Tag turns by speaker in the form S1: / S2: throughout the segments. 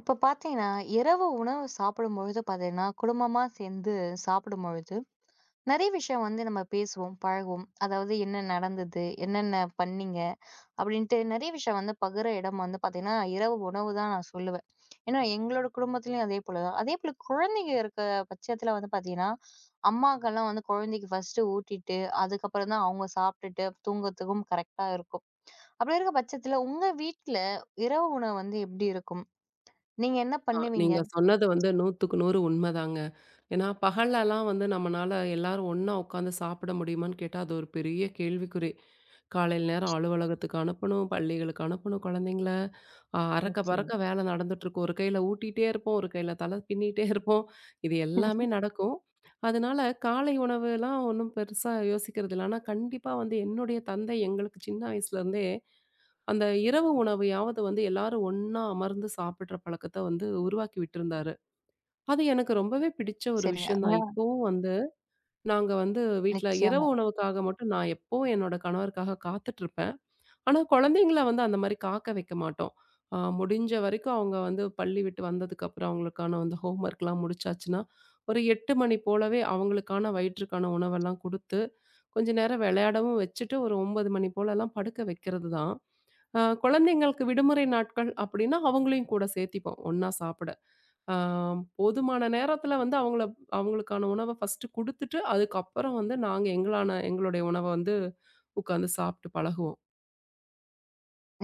S1: இப்போ பார்த்தீங்கன்னா, இரவு உணவு சாப்பிடும்பொழுது பார்த்தீங்கன்னா, குடும்பமா சேர்ந்து சாப்பிடும்பொழுது, நிறைய விஷயம் வந்து நம்ம பேசுவோம், பழகுவோம். அதாவது என்ன நடந்தது? என்னென்ன பண்ணீங்க? அப்படின்ட்டு நிறைய விஷயம் வந்து பகிர இடம் வந்து பார்த்தீங்கன்னா, இரவு உணவு தான் நான் சொல்லுவேன். ஏன்னா, எங்களோட குடும்பத்திலயும் அதே போல தான். அதேபோல குழந்தைங்க இருக்க பட்சத்தில வந்து பார்த்தீங்கன்னா, அம்மாக்கெல்லாம் வந்து குழந்தைக்கு ஃபர்ஸ்ட்டு ஊட்டிட்டு, அதுக்கப்புறம் தான் அவங்க சாப்பிட்டுட்டு தூங்கத்துக்கும் கரெக்ட்டா இருக்கும். அப்படி இருக்க பட்சத்தில, உங்க வீட்ல இரவு உணவு வந்து எப்படி இருக்கும்? நீங்க என்ன
S2: ஆ,
S1: பண்ணுவீங்க?
S2: நீங்க சொன்னது வந்து 100க்கு 100 உண்மதாங்க. ஏன்னா, பகல்லலாம் வந்து நம்மனால எல்லாரும் ஒண்ணா உட்காந்து சாப்பிட முடியுமான்னு கேட்டா, அது ஒரு பெரிய கேள்விக்குறி. காலையில நேரம் அலுவலகத்துக்கு அனுப்பணும், பள்ளிகளுக்கு அனுப்பணும் குழந்தைங்கள. அறக்க
S1: நிச்சயம்.
S2: பறக்க வேலை நடந்துட்டுருக்கும். ஒரு கையில ஊட்டிட்டே இருப்போம், ஒரு கையில தலை பின்னிட்டே இருப்போம். இது எல்லாமே நடக்கும். அதனால காலை உணவுலாம் ஒண்ணும் பெருசா யோசிக்கிறது இல்ல. ஆனா, கண்டிப்பா வந்து என்னுடைய தந்தை எங்களுக்கு சின்ன வயசுலேருந்தே அந்த இரவு உணவையாவது வந்து எல்லாரும் ஒண்ணா அமர்ந்து சாப்பிடுற பழக்கத்த வந்து உருவாக்கி விட்டிருந்தாரு. அது எனக்கு ரொம்பவே பிடிச்ச ஒரு
S1: சரிங்க.
S2: விஷயம் தான்.
S1: ஆ.
S2: இப்பவும் வந்து நாங்க வந்து வீட்ல இரவு
S1: நிச்சயமா,
S2: உணவுக்காக மட்டும் நான் எப்பவும் என்னோட கணவருக்காக காத்துட்ருப்பேன். ஆனா குழந்தைங்கள வந்து அந்த மாரி காக்க வைக்க மாட்டோம். முடிஞ்ச வரைக்கும் அவங்க வந்து பள்ளி விட்டு வந்ததுக்கப்புறம் அவங்களுக்கான அந்த ஹோம் ஒர்க்லாம் முடிச்சாச்சுன்னா, ஒரு 8 மணி போலவே அவங்களுக்கான வயிற்றுக்கான உணவெல்லாம் குடுத்து, கொஞ்ச நேரம் விளையாடவும் வச்சுட்டு ஒரு 9 மணி போலலாம் படுக்க வைக்கிறது தான். குழந்தைங்களுக்கு விடுமுறை நாட்கள் அப்படின்னா, அவங்களையும் கூட சேர்த்திப்போம் ஒண்ணா சாப்பிட. அ போதுமான நேரத்தில வந்து அவங்கள அவங்களுக்கான உணவ ஃபர்ஸ்ட்டு குடுத்துட்டு, அதுக்கப்புறம் வந்து நாங்க எங்களுடைய உணவ வந்து உட்காந்து சாப்பிட்டு பழகுவோம்.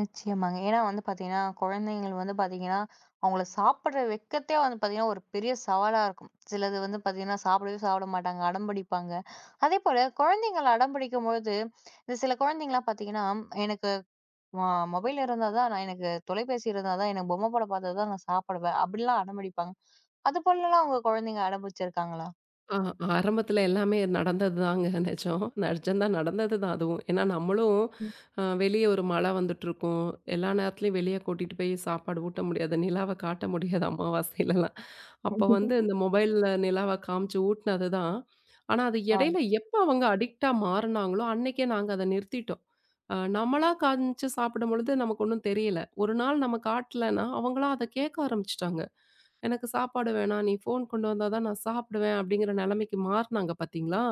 S1: நிச்சயமாங்க. ஏன்னா வந்து பார்த்தீங்கன்னா, குழந்தைங்கள் வந்து பார்த்தீங்கன்னா, அவங்கள சாப்பிடுற வெட்கத்தே வந்து பார்த்தீங்கன்னா, ஒரு பெரிய சவாலா இருக்கும். சிலது வந்து பார்த்தீங்கன்னா, சாப்பிடவே சாப்பிட மாட்டாங்க. அடம் பிடிப்பாங்க. அதேபோல குழந்தைங்கள அடம் பிடிக்கும்பொழுது, இந்த சில குழந்தைங்கலாம் பார்த்தீங்கன்னா, "எனக்கு ம மொபைல் இருந்தா தான் நான் எனக்கு தொலைபேசி இருந்தா தான், எனக்கு பொம்மை படம் பார்த்தா தான் நான் சாப்பிடுவேன்." அப்படிலாம் அடம் பிடிப்பாங்க. அது போலலாம் உங்க குழந்தைங்க அடம் பிடிச்சிருக்காங்களா?
S2: ஆ, ஆரம்பத்துல எல்லாமே நடந்ததுதாங்க நிஜம். நிஜம் தான் நடந்தது தான் அதுவும். ஏன்னா நம்மளும் வெளிய ஒரு மழை வந்துட்டுருக்கும். எல்லா நேரத்துலயும் வெளிய கூட்டிட்டு போய் சாப்பாடு ஊட்ட முடியாது. நிலாவ காட்ட முடியாது அமாவாசையிலலாம். அப்ப வந்து இந்த மொபைல்ல நிலாவ காமிச்சு ஊட்டுனது தான். ஆனா, அது
S1: ஆ.
S2: இடையில எப்ப அவங்க அடிக்ட்டா மாறுனாங்களோ, அன்னைக்கே நாங்க அத நிறுத்திட்டோம். நம்மளா காமிச்சு சாப்பிடும்பொழுது நமக்கு ஒண்ணும் தெரியல. ஒரு நாள் நம்ம காட்டலன்னா, அவங்களா அத கேட்க ஆரம்பிச்சுட்டாங்க. எனக்கு சாப்பாடு வேணாம். நீ ஃபோன் கொண்டு வந்தா தான் நான் சாப்பிடுவேன் அப்படிங்கிற நெலைமைக்கு மாறுனாங்க பார்த்தீங்களா?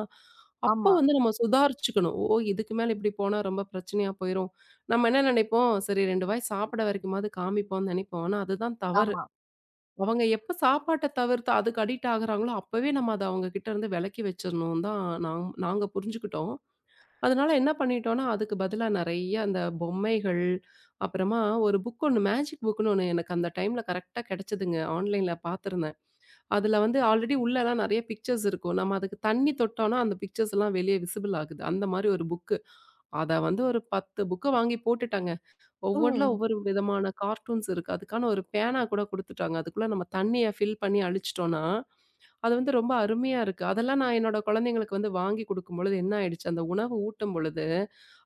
S2: அப்போ
S1: ஆமா,
S2: வந்து நம்ம சுதாரிச்சுக்கணும். ஓ! இதுக்கு மேல இப்படி போனா ரொம்ப பிரச்சனையா போயிரும். நம்ம என்ன நெனைப்போம், சரி 2 வாய் சாப்பிட வரைக்குமாவது காமிப்போம்னு நெனைப்போம். ஆனா அதுதான் தவறு.
S1: ஆமா.
S2: அவங்க எப்ப சாப்பாட்ட தவிர்த்து அதுக்கு அடிக்ட் ஆகுறாங்களோ, அப்பவே நம்ம அத அவங்க கிட்ட இருந்து விலக்கி வச்சிரணும்னு தான் நாங்க புரிஞ்சுக்கிட்டோம். அதனால என்ன பண்ணிட்டோம்னா, அதுக்கு பதிலா நெறைய அந்த பொம்மைகள், அப்புறமா ஒரு புக் ஒண்ணு மேஜிக் புக்ன்னு ஒண்ணு எனக்கு அந்த டைம்ல கரெக்ட்டா கெடைச்சதுங்க. ஆன்லைன்ல பார்த்திருந்தேன். அதுல வந்து ஆல்ரெடி உள்ளலாம் நெறைய பிக்சர்ஸ் இருக்கும். நம்ம அதுக்கு தண்ணி தொட்டோம்னா, அந்த பிக்சர்ஸ் எல்லாம் வெளிய விசிபிள் ஆகுது. அந்த மாரி ஒரு புக்கு. அத வந்து ஒரு 10 புக்க வாங்கி போட்டுட்டாங்க. ஒவ்வொன்ல
S1: ம்.
S2: ஒவ்வொரு விதமான கார்ட்டூன்ஸ் இருக்கு. அதுக்கான ஒரு பேனா கூட குடுத்துட்டாங்க. அதுக்குள்ள நம்ம தண்ணிய ஃபில் பண்ணி அழிச்சிட்டோம்னா, அது வந்து ரொம்ப அருமையா இருக்கு. அதெல்லாம் நான் என்னோட குழந்தைங்களுக்கு வந்து வாங்கி குடுக்கும்பொழுது என்ன ஆயிடுச்சு, அந்த உணவு ஊட்டும் பொழுது,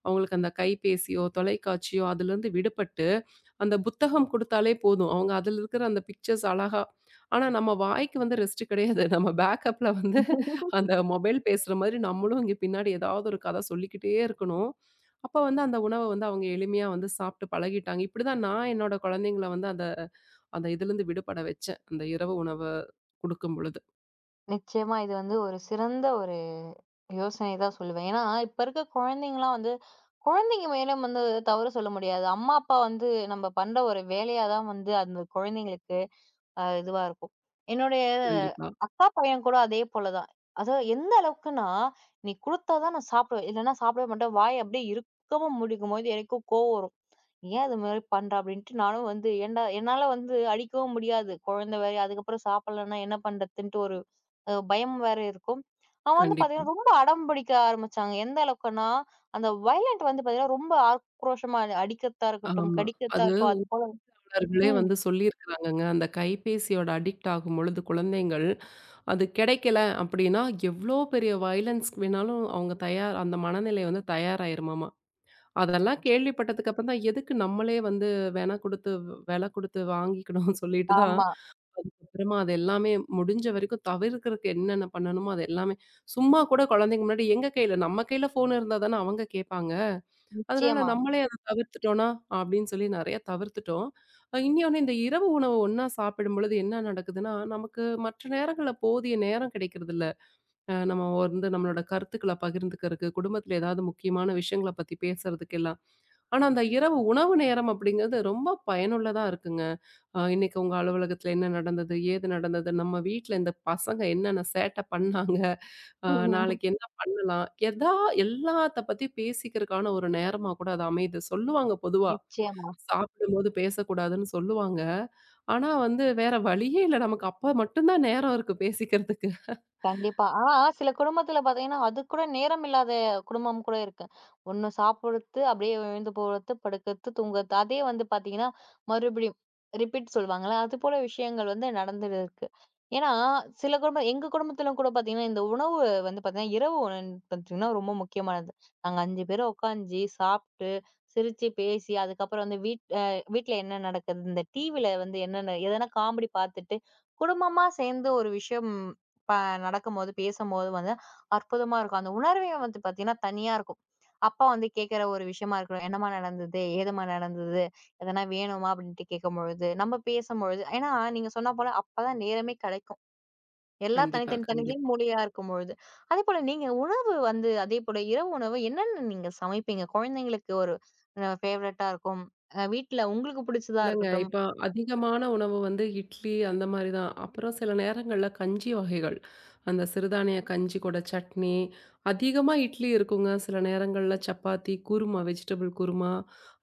S2: அவங்களுக்கு அந்த கைபேசியோ, தொலைக்காட்சியோ அதுலருந்து விடுபட்டு அந்த புத்தகம் குடுத்தாலே போதும். அவங்க அதில இருக்கிற அந்த பிக்சர்ஸ் அழகா ஆனா நம்ம வாய்க்கு வந்து ரெஸ்ட் கிடையாது. நம்ம பேக்கப்ல வந்து அந்த மொபைல் பேசுற மாதிரி நம்மளும் இங்க பின்னாடி ஏதாவது ஒரு கதை சொல்லிக்கிட்டே இருக்கணும். அப்ப வந்து அந்த உணவ வந்து அவங்க எளிமையா வந்து சாப்பிட்டு பழகிட்டாங்க. இப்படிதான் நான் என்னோட குழந்தைங்கள வந்து அந்த அந்த இதுலருந்து விடுபட வச்சேன். அந்த இரவு உணவ குடுக்கும் பொழுது.
S1: நிச்சயமா இது வந்து ஒரு சிறந்த ஒரு யோசனை தான் சொல்லுவேன். ஏன்னா, இப்ப இருக்க குழந்தைங்கலாம் வந்து, குழந்தைங்க மேலும் வந்து தவறு சொல்ல முடியாது. அம்மா, அப்பா வந்து நம்ம பண்ற ஒரு வேலையா தான் வந்து அந்த குழந்தைங்களுக்கு இதுவா இருக்கும். என்னுடைய
S2: கண்டிப்பா,
S1: அக்கா பையன் கூட அதே போல தான். அதாவது எந்த அளவுக்குன்னா, "நீ குடுத்தா தான் நான் சாப்பிடுவேன். இல்லன்னா சாப்பிடவே மாட்டேன்." வாய அப்படியே இறுக்கமா மூடிக்கும்போது எனக்கும் கோவம் வரும். ஏன் அது மாரி பண்ற? அப்படின்ட்டு நானும் வந்து ஏன்டா என்னால வந்து அடிக்கவும் முடியாது. குழந்தை வேற, அதுக்கப்புறம் சாப்பிடலன்னா என்ன பண்றதுன்ட்டு ஒரு பயம் வேற இருக்கும். அவன் வந்து
S2: கண்டிப்பா.
S1: பார்த்தீங்கன்னா, ரொம்ப அடம் பிடிக்க ஆரம்பிச்சாங்க. எந்த அளவுக்குன்னா, அந்த வயலன்ட் வந்து பார்த்தீங்கன்னா, ரொம்ப ஆக்ரோஷமா அது அடிக்கிறதா இருக்கட்டும்,
S2: ஆமா.
S1: கடிக்கிறதா
S2: அது
S1: இருக்கும். அது போல
S2: நிபுணர்களே
S1: ம்.
S2: வந்து சொல்லியிருக்கிறாங்கங்க. அந்த கைபேசியோட அடிக்ட் ஆகும்பொழுது குழந்தைங்கள், அது கிடைக்கல அப்டின்னா, எவ்ளோ பெரிய வயலன்ஸ்க்கு வேணாலும் அவங்க தயார் அந்த மனநிலை வந்து தயாராயிருமாமா. அதெல்லாம் கேள்விப்பட்டதுக்கு அப்புறம் தான் எதுக்கு நம்மளே வந்து வென குடுத்து வெல குடுத்து வாங்கிக்கணும்னு சொல்லிட்டு தான்,
S1: ஆமா.
S2: அப்புறமா அது எல்லாமே முடிஞ்ச வரைக்கும் தவிர்க்கிறதுக்கு என்னென்ன பண்ணணுமோ அது எல்லாமே சும்மா கூட குழந்தைங்க முன்னாடி எங்க கையில நம்ம கையில ஃபோன் இருந்தா தானே அவங்க கேட்பாங்க. அதனால
S1: நிச்சயமா.
S2: நம்மளே அத தவிர்த்துட்டோனா, அப்படின்னு சொல்லி நெறைய தவிர்த்துட்டோம். இன்னொன்னு இந்த இரவு உணவு ஒண்ணா சாப்பிடும்பொழுது என்ன நடக்குதுன்னா, நமக்கு மற்ற நேரங்கள்ல போதிய நேரம் கிடைக்கிறதில்ல. நம்ம வந்து நம்மளோட கருத்துக்கள பகிர்ந்துக்கிறதுக்கு, குடும்பத்தில ஏதாவது முக்கியமான விஷயங்கள பத்தி பேசுறதுக்கெல்லாம். ஆனா, அந்த இரவு உணவு நேரம் அப்படிங்கிறது ரொம்ப பயனுள்ளதா இருக்குங்க. இன்னைக்கு உங்க அலுவலகத்தில என்ன நடந்தது? ஏது நடந்தது? நம்ம வீட்ல இந்த பசங்க என்னென்ன சேட்டை பண்ணாங்க? நாளைக்கு என்ன பண்ணலாம்? எல்லாத்த பத்தியும் பேசிக்கிறதுக்கான ஒரு நேரமா கூட அது அமையுது. சொல்லுவாங்க பொதுவா.
S1: நிச்சயமா.
S2: சாப்பிடும்போது பேசக்கூடாதுன்னு சொல்லுவாங்க. ஆனா வந்து வேற வழியே இல்ல. நமக்கு அப்ப மட்டும் தான் நேரம் இருக்கு பேசிக்கிறதுக்கு.
S1: கண்டிப்பா. ஆனா சில குடும்பத்துல பாத்தீங்கன்னா, அதுக்கூட நேரம் இல்லாத குடும்பம் கூட இருக்கு. ஒண்ணு சாப்பிடுறது, அப்படியே எழுந்து போறது, படுக்கறது, தூங்குறது. அதே வந்து பாத்தீங்கன்னா, மறுபடியும் ரிப்பீட் சொல்லுவாங்கல்ல. அதுபோல விஷயங்கள் வந்து நடந்துருக்கு. ஏன்னா, சில குடும்பம் எங்க குடும்பத்துல கூட பாத்தீங்கன்னா, இந்த உணவு வந்து பாத்தீங்கன்னா, இரவு உணவுன்னு பாத்தீங்கன்னா ரொம்ப முக்கியமானது. நாங்க 5 பேரும் உக்காந்து, சாப்ட்டு, சிரிச்சு, பேசி, அதுக்கப்புறம் வந்து வீட்ல என்ன நடக்குது, இந்த டிவில வந்து என்னென்ன எதனா காமெடி பாத்துட்டு, குடும்பமா சேர்ந்து ஒரு விஷயம் ப நடக்கும்போது, பேசும்போது வந்து அற்புதமா இருக்கும். அந்த உணர்வே வந்து பார்த்தீங்கன்னா, தனியா இருக்கும். அப்பா வந்து கேட்கிற ஒரு விஷயமா இருக்கட்டும். "என்னம்மா நடந்தது? ஏதும்மா நடந்தது? எதனா வேணுமா?" அப்படின்ட்டு கேட்கும்பொழுது, நம்ம பேசும்பொழுது ஏன்னா நீங்க சொன்னா போல அப்பதான் நேரமே கிடைக்கும். எல்லாம்
S2: கண்டிப்பா,
S1: தனித்தனி
S2: கண்டிப்பா.
S1: தனி மூலையா இருக்கும்பொழுது. அதேபோல நீங்க உணவு வந்து அதேபோல இரவு உணவு என்னென்ன நீங்க சமைப்பீங்க? குழந்தைங்களுக்கு ஒரு ஃபேவரட்டா இருக்கும். வீட்ல உங்களுக்கு பிடிச்சதா
S2: இல்லங்க.
S1: இருக்கட்டும்.
S2: இப்ப அதிகமான உணவு வந்து இட்லி அந்த மாரி தான். அப்புறம் சில நேரங்கள்ல கஞ்சி வகைகள். அந்த சிறுதானிய கஞ்சி கூட சட்னி, அதிகமா இட்லி இருக்குங்க. சில நேரங்கள்ல சப்பாத்தி, குருமா, வெஜிடபிள் குருமா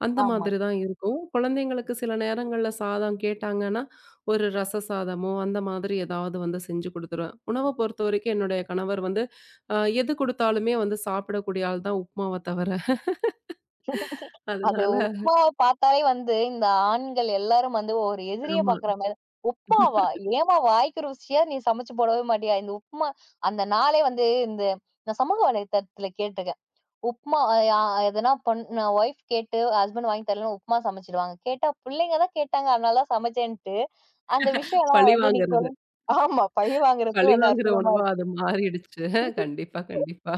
S2: அந்த
S1: ஆமா.
S2: மாதிரி தான் இருக்கும். குழந்தைங்களுக்கு சில நேரங்கள்ல சாதம் கேட்டாங்கன்னா, ஒரு ரச சாதமோ அந்த மாதிரி ஏதாவது வந்து செஞ்சு குடுத்துருவேன். உணவ பொறுத்தவரைக்கும் என்னுடைய கணவர் வந்து அ எது குடுத்தாலுமே வந்து சாப்பிடக்கூடிய ஆள் தான் உப்மாவ தவிர.
S1: அது
S2: அதனால
S1: உப்மாவ பார்த்தாலே வந்து, இந்த ஆண்கள் எல்லாரும் வந்து ஒரு எதிரிய
S2: ஆமா.
S1: பார்க்குற மாரி, "உப்மாவா? ஏம்மா வாய்க்கு ருசியா நீ சமைச்சு போடவே மாட்டியா?" இந்த உப்மா அந்த நாளே வந்து இந்த நான் சமூக வலைதளத்தில கேட்டுருக்கேன். உப்மா யா எதனா ஒய்ஃப் கேட்டு ஹஸ்பண்ட் வாங்கி தரலன்னா உப்மா சமைச்சுடுவாங்க. கேட்டா பிள்ளைங்க தான் கேட்டாங்க, அதனால தான் சமைச்சேன்ட்டு, அந்த விஷயம்லாம்
S2: பழி
S1: வந்து நீங்க
S2: வாங்குறது.
S1: சொல்லும் ஆமா, பழி வாங்குறது
S2: பழி
S1: வந்து
S2: வாங்குற
S1: அற்புதமா
S2: உணவா
S1: இருக்கு.
S2: அது மாறிடுச்சு. கண்டிப்பா, கண்டிப்பா.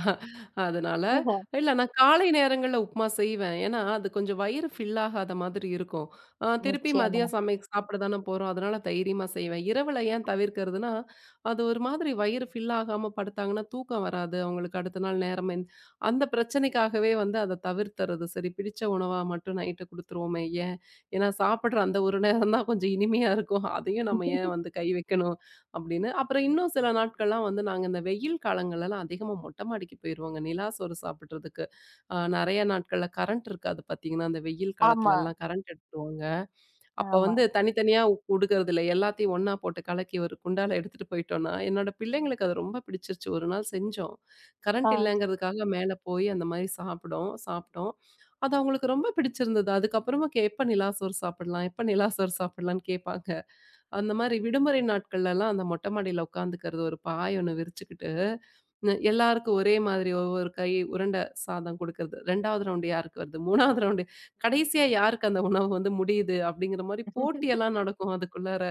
S2: அதனால இல்ல நான் காலை நேரங்கள்ல உப்புமா செய்வேன். ஏன்னா, அது கொஞ்சம் வயிறு ஃபில் ஆகாத மாதிரி இருக்கும். திருப்பி
S1: நிச்சயமா.
S2: மதியம் சாப்பிட தானே போறோம். அதனால தைரியமா செய்வேன். இரவுல ஏன் தவிர்க்கிறதுன்னா, அது ஒரு மாதிரி வயிறு ஃபில் ஆகாம படுத்தாங்கன்னா, தூக்கம் வராது. அவங்களுக்கு அடுத்த நாள் நேரம் அந்த பிரச்சனைக்காகவே வந்து அத தவிர்த்துறது. சரி பிடிச்ச உணவா மட்டும் நைட்டு குடுத்துருவோமே ஏன்? ஏன்னா சாப்பிடுற அந்த ஒரு நேரம் தான் கொஞ்சம் இனிமையா இருக்கும். அதையும் நம்ம ஏன் வந்து கை வைக்கணும்? அப்படின்னு. அப்புறம் இன்னும் சில நாட்கள்லாம் வந்து நாங்க இந்த வெயில் காலங்கள்லலாம் அதிகமா மொட்டை மாடிக்கு போயிருவோங்க. நிலா சோறு சாப்பிடுறதுக்கு. நெறைய நாட்கள்ல கரண்ட் இருக்காது பார்த்தீங்கன்னா, அந்த வெயில்
S1: ஆமா,
S2: காலத்துலலாம் கரண்ட் எடுத்துருவாங்க. அப்ப
S1: ஆமா.
S2: வந்து தனித்தனியா குடுக்கறது இல்ல. எல்லாத்தையும் ஒண்ணா போட்டு கலக்கி ஒரு குண்டால எடுத்துட்டு போயிட்டோம்னா, என்னோட பிள்ளைங்களுக்கு அது ரொம்ப பிடிச்சிருச்சு. ஒரு நாள் செஞ்சோம்.
S1: ஆ.
S2: கரண்ட் இல்லங்கிறதுக்காக மேல போய் அந்த மாரி சாப்பிட்டோம். அது அவங்களுக்கு ரொம்ப பிடிச்சிருந்தது. அதுக்கப்புறமும் "எப்ப நிலா சோறு சாப்பிடலாம்? எப்ப நிலா சோறு சாப்பிடலாம்ன்னு" கேட்பாங்க. அந்த மாரி விடுமுறை நாட்கள்லலாம் அந்த மொட்டை மாடியில உட்காந்துக்கிறது, ஒரு பாய் ஒண்ணு விரிச்சுக்கிட்டு, எல்லாருக்கும் ஒரே மாதிரி ஒவ்வொரு கை உருண்டை சாதம் குடுக்கறது. 2வது ரவுண்டு யாருக்கு வருது? 3வது ரவுண்டு கடைசியா யாருக்கு அந்த உணவு வந்து முடியுது? அப்படிங்கிற மாரி போட்டியெல்லாம் நடக்கும் அதுக்குள்ளார.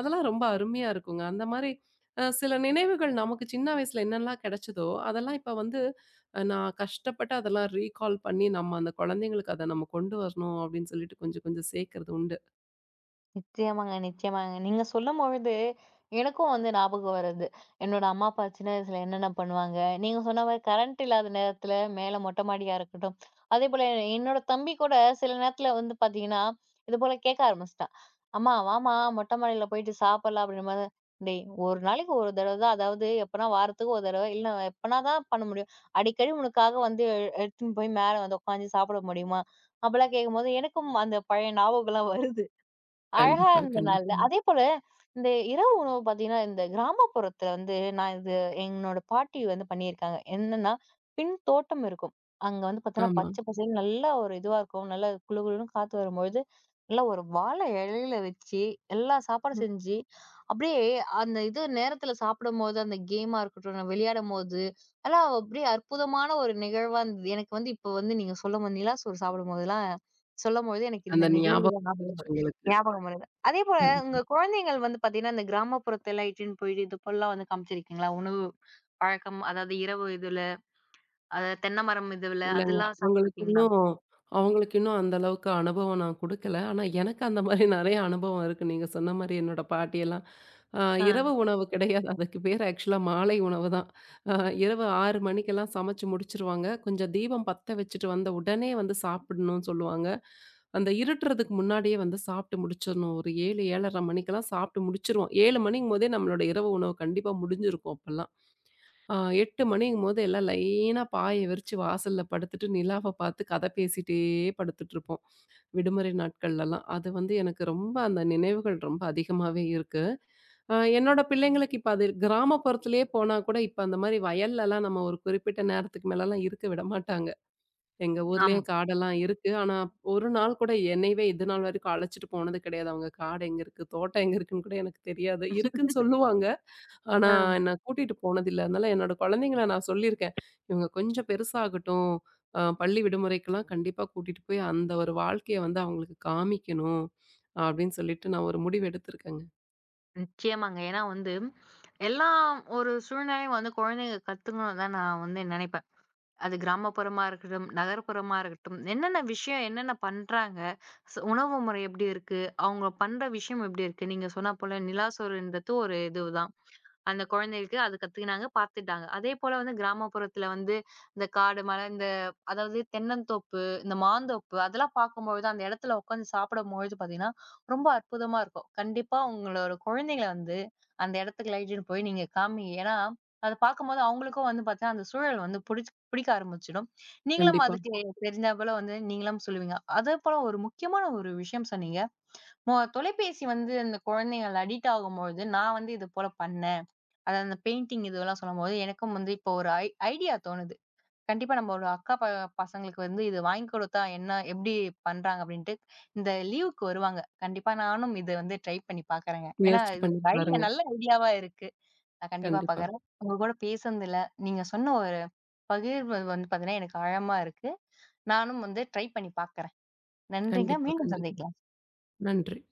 S2: அதெல்லாம் ரொம்ப அருமையா இருக்குங்க. அந்த மாரி சில நினைவுகள் நமக்கு சின்ன வயசுல என்னெல்லாம் கெடைச்சதோ, அதெல்லாம் இப்ப வந்து நான் கஷ்டப்பட்டு அதெல்லாம் ரீகால் பண்ணி, நம்ம அந்த குழந்தைங்களுக்கு அத நம்ம கொண்டு வரணும் அப்படின்னு சொல்லிட்டு கொஞ்சம் கொஞ்சம் சேர்க்கறது உண்டு.
S1: நிச்சயமாங்க, நிச்சயமாங்க. நீங்க சொல்லும்பொழுது, எனக்கும் வந்து ஞாபகம் வருது. என்னோட அம்மா அப்பா சின்ன வயசுல என்னென்ன பண்ணுவாங்க. நீங்க சொன்ன மாரி கரண்ட் இல்லாத நேரத்துல மேல மொட்டை மாடியா இருக்கட்டும், அதேபோல என்னோட தம்பி கூட சில நேரத்துல வந்து பாத்தீங்கன்னா, இதுபோல கேட்க ஆரம்பிச்சுட்டான். "அம்மா வாம்மா மொட்டை மாடியில போயிட்டு சாப்பிடலாம்" அப்படின்ற மாரி. "டேய்! ஒரு நாளைக்கு ஒரு தடவ தான். அதாவது எப்பனா வாரத்துக்கு ஒரு தடவ, இல்ல எப்பனா தான் பண்ண முடியும். அடிக்கடி உனக்காக வந்து எடுத்துன்னு போய் மேல வந்து உட்காந்து சாப்பிட முடியுமா?" அப்படிலாம் கேட்கும்போது எனக்கும் அந்த பழைய ஞாபகம்லாம் வருது. அழகா
S2: கண்டிப்பா,
S1: இருந்தனால.
S2: கண்டிப்பா.
S1: அதேபோல இந்த இரவு உணவு பார்த்தீங்கன்னா, இந்த கிராமப்புறத்துல வந்து நான் இது என்னோட பாட்டி வந்து பண்ணியிருக்காங்க. என்னன்னா, பின் தோட்டம் இருக்கும். அங்க வந்து பார்த்தீங்கன்னா,
S2: ஆமா.
S1: பச்சை பசேல்ன்னு நல்லா ஒரு இதுவா இருக்கும். நல்லா குளு குளுன்னு காத்து வரும்பொழுது, நல்லா ஒரு வாழை இலையில வச்சு, எல்லா சாப்பாடும் செஞ்சு, அப்படியே அந்த இது நேரத்துல சாப்பிடும்போது, அந்த கேமா இருக்கட்டும், நான் விளையாடும்போது, அதெல்லாம் அப்படியே அற்புதமான ஒரு நிகழ்வா இருந்தது. எனக்கு வந்து இப்போ வந்து நீங்க சொல்லும் போது, நிலா சோறு சாப்பிடும்போதெல்லாம் சொல்லும்பொழுது எனக்கு
S2: அந்த
S1: இந்த நிகழ்வு
S2: ஞாபகம் வந்துருச்சு
S1: ஞாபகம்
S2: உங்களுக்கு.
S1: ஞாபகம் வருது. அதேபோல
S2: அது
S1: உங்க குழந்தைகள் வந்து பார்த்தீங்கன்னா, இந்த கிராமப்புறத்தலாம் இட்டுன்னு போயிட்டு இது போலலாம் வந்து காமிச்சிருக்கீங்களா? உணவு பழக்கம் அதாவது இரவு இதுல, அதாவது தென்னை மரம் இதுல
S2: இல்லங்க.
S1: அதெல்லாம் சாப்பிட்டுருக்கீங்களா?
S2: அவங்களுக்கு இன்னும் அந்த அளவுக்கு அனுபவம் நான் குடுக்கல. ஆனா, எனக்கு அந்த மாரி நெறைய அனுபவம் இருக்கு. நீங்க சொன்ன மாரி என்னோட பாட்டியெல்லாம், அ
S1: ஆ,
S2: இரவு உணவு கிடையாது. அதுக்கு பேர் ஆக்சுவலா மாலை உணவு தான். அ இரவு 6 மணிக்கெல்லாம் சமைச்சு முடிச்சுருவாங்க. கொஞ்சம் தீபம் பத்த வச்சுட்டு வந்த உடனே வந்து சாப்பிடணும்னு சொல்லுவாங்க. அந்த இருட்டுறதுக்கு முன்னாடியே வந்து சாப்பிட்டு முடிச்சிரணும். ஒரு 7, 7:30 மணிக்கெல்லாம் சாப்பிட்டு முடிச்சுருவோம். 7 மணிங்கும்போதே நம்மளோட இரவு உணவு கண்டிப்பா முடிஞ்சிருக்கும் அப்பலாம். ஆ 8 மணிங்கும்போது எல்லாம் லைனா பாய விரிச்சு வாசல்ல படுத்துட்டு நிலாவ பார்த்து கதை பேசிட்டே படுத்துட்டுருப்போம். விடுமுறை நாட்கள்லலாம். அது வந்து எனக்கு ரொம்ப அந்த நினைவுகள் ரொம்ப அதிகமாவே இருக்கு. என்னோட பிள்ளைங்களுக்கு இப்ப அது கிராமப்புறத்திலேயே போனா கூட இப்ப அந்த மாரி வயல்லலாம் நம்ம ஒரு குறிப்பிட்ட நேரத்துக்கு மேலலாம் இருக்க விட மாட்டாங்க. எங்க
S1: ஆமா.
S2: ஊர்லயும் காடெல்லாம் இருக்கு. ஆனா ஒரு நாள் கூட என்னையவே இது நாள் வரைக்கும் அழைச்சிட்டு போனது கிடையாது. அவங்க காடு எங்க இருக்கு? தோட்டம் எங்க இருக்குன்னு கூட எனக்கு தெரியாது. இருக்குன்னு சொல்லுவாங்க. ஆனா,
S1: ஆ.
S2: என்ன கூட்டிட்டு போனதில்ல. அதனால என்னோட குழந்தைங்கள நான் சொல்லியிருக்கேன். இவங்க கொஞ்சம் பெருசாகட்டும். பள்ளி விடுமுறைக்கெல்லாம் கண்டிப்பா கூட்டிட்டு போய் அந்த ஒரு வாழ்க்கைய வந்து அவங்களுக்கு காமிக்கணும். அப்டின்னு சொல்லிட்டு நான் ஒரு முடிவு எடுத்திருக்கேங்க.
S1: நிச்சயமாங்க. ஏன்னா வந்து, எல்லா ஒரு சூழ்நிலையும் வந்து குழந்தைங்க கத்துக்கணும்னு தான் நான் வந்து நினைப்பேன். அது கிராமப்புறமா இருக்கட்டும், நகர்ப்புறமா இருக்கட்டும், என்னென்ன விஷயம் என்னென்ன பண்றாங்க? உணவு முறை எப்படி இருக்கு? அவங்க பண்ற விஷயம் எப்படி இருக்கு? நீங்க சொன்னா போல நிலா சோறுன்றது ஒரு இதுதான். அந்த குழந்தைகளுக்கு அது கத்துக்கினாங்க, பார்த்துட்டாங்க. அதேபோல வந்து கிராமப்புறத்துல வந்து இந்த காடு, மலை இந்த அதாவது தென்னந்தோப்பு, இந்த மாந்தோப்பு அதெல்லாம் பார்க்கும்பொழுது, அந்த இடத்துல உட்காந்து சாப்பிடும்பொழுது பார்த்தீங்கன்னா, ரொம்ப அற்புதமா இருக்கும். கண்டிப்பா உங்களோட குழந்தைங்கள வந்து அந்த இடத்துக்கு அழைச்சிட்டு போய் நீங்க காமிங்க. ஏன்னா, அத பார்க்கும்போது அவங்களுக்கும் வந்து பார்த்தீங்கன்னா, அந்த சூழல் வந்து பிடிக்க ஆரம்பிச்சிடும். நீங்களும்
S2: கண்டிப்பா.
S1: அதுக்கு தெரிஞ்சா போல வந்து நீங்களும் சொல்லுவீங்க. அதேபோல ஒரு முக்கியமான ஒரு விஷயம் சொன்னீங்க. தொலைபேசி வந்து அந்த குழந்தைகள் அடிக்ட் ஆகும்பொழுது, நான் வந்து இது போல பண்ணேன். அதான் அந்த பெயிண்டிங் இதுவெல்லாம் சொல்லும்போது, எனக்கும் வந்து இப்போ ஒரு ஐடியா தோணுது. கண்டிப்பா நம்ம ஒரு அக்கா பசங்களுக்கு வந்து இது வாங்கி கொடுத்தா என்ன எப்படி பண்றாங்க அப்படின்ட்டு, இந்த லீவுக்கு வருவாங்க. கண்டிப்பா நானும் இத வந்து ட்ரை பண்ணி பார்க்குறேங்க. ஏன்னா
S2: முயற்சி
S1: இது
S2: பண்ணி
S1: ஒரு ஐடியா
S2: பாருங்க.
S1: நல்ல ஐடியாவா இருக்கு. நான் கண்டிப்பா
S2: கண்டிப்பா,
S1: பார்க்குறேன். உங்க கூட பேசுனதுல, நீங்க சொன்ன ஒரு பகிர்வு வந்து பார்த்தீங்கன்னா, எனக்கு ஆழமா இருக்கு. நானும் வந்து ட்ரை பண்ணி பார்க்குறேன். நன்றிங்க.
S2: கண்டிப்பா,
S1: மீண்டும்
S2: கண்டிப்பா.
S1: சந்திக்கலாம்.
S2: நன்றி.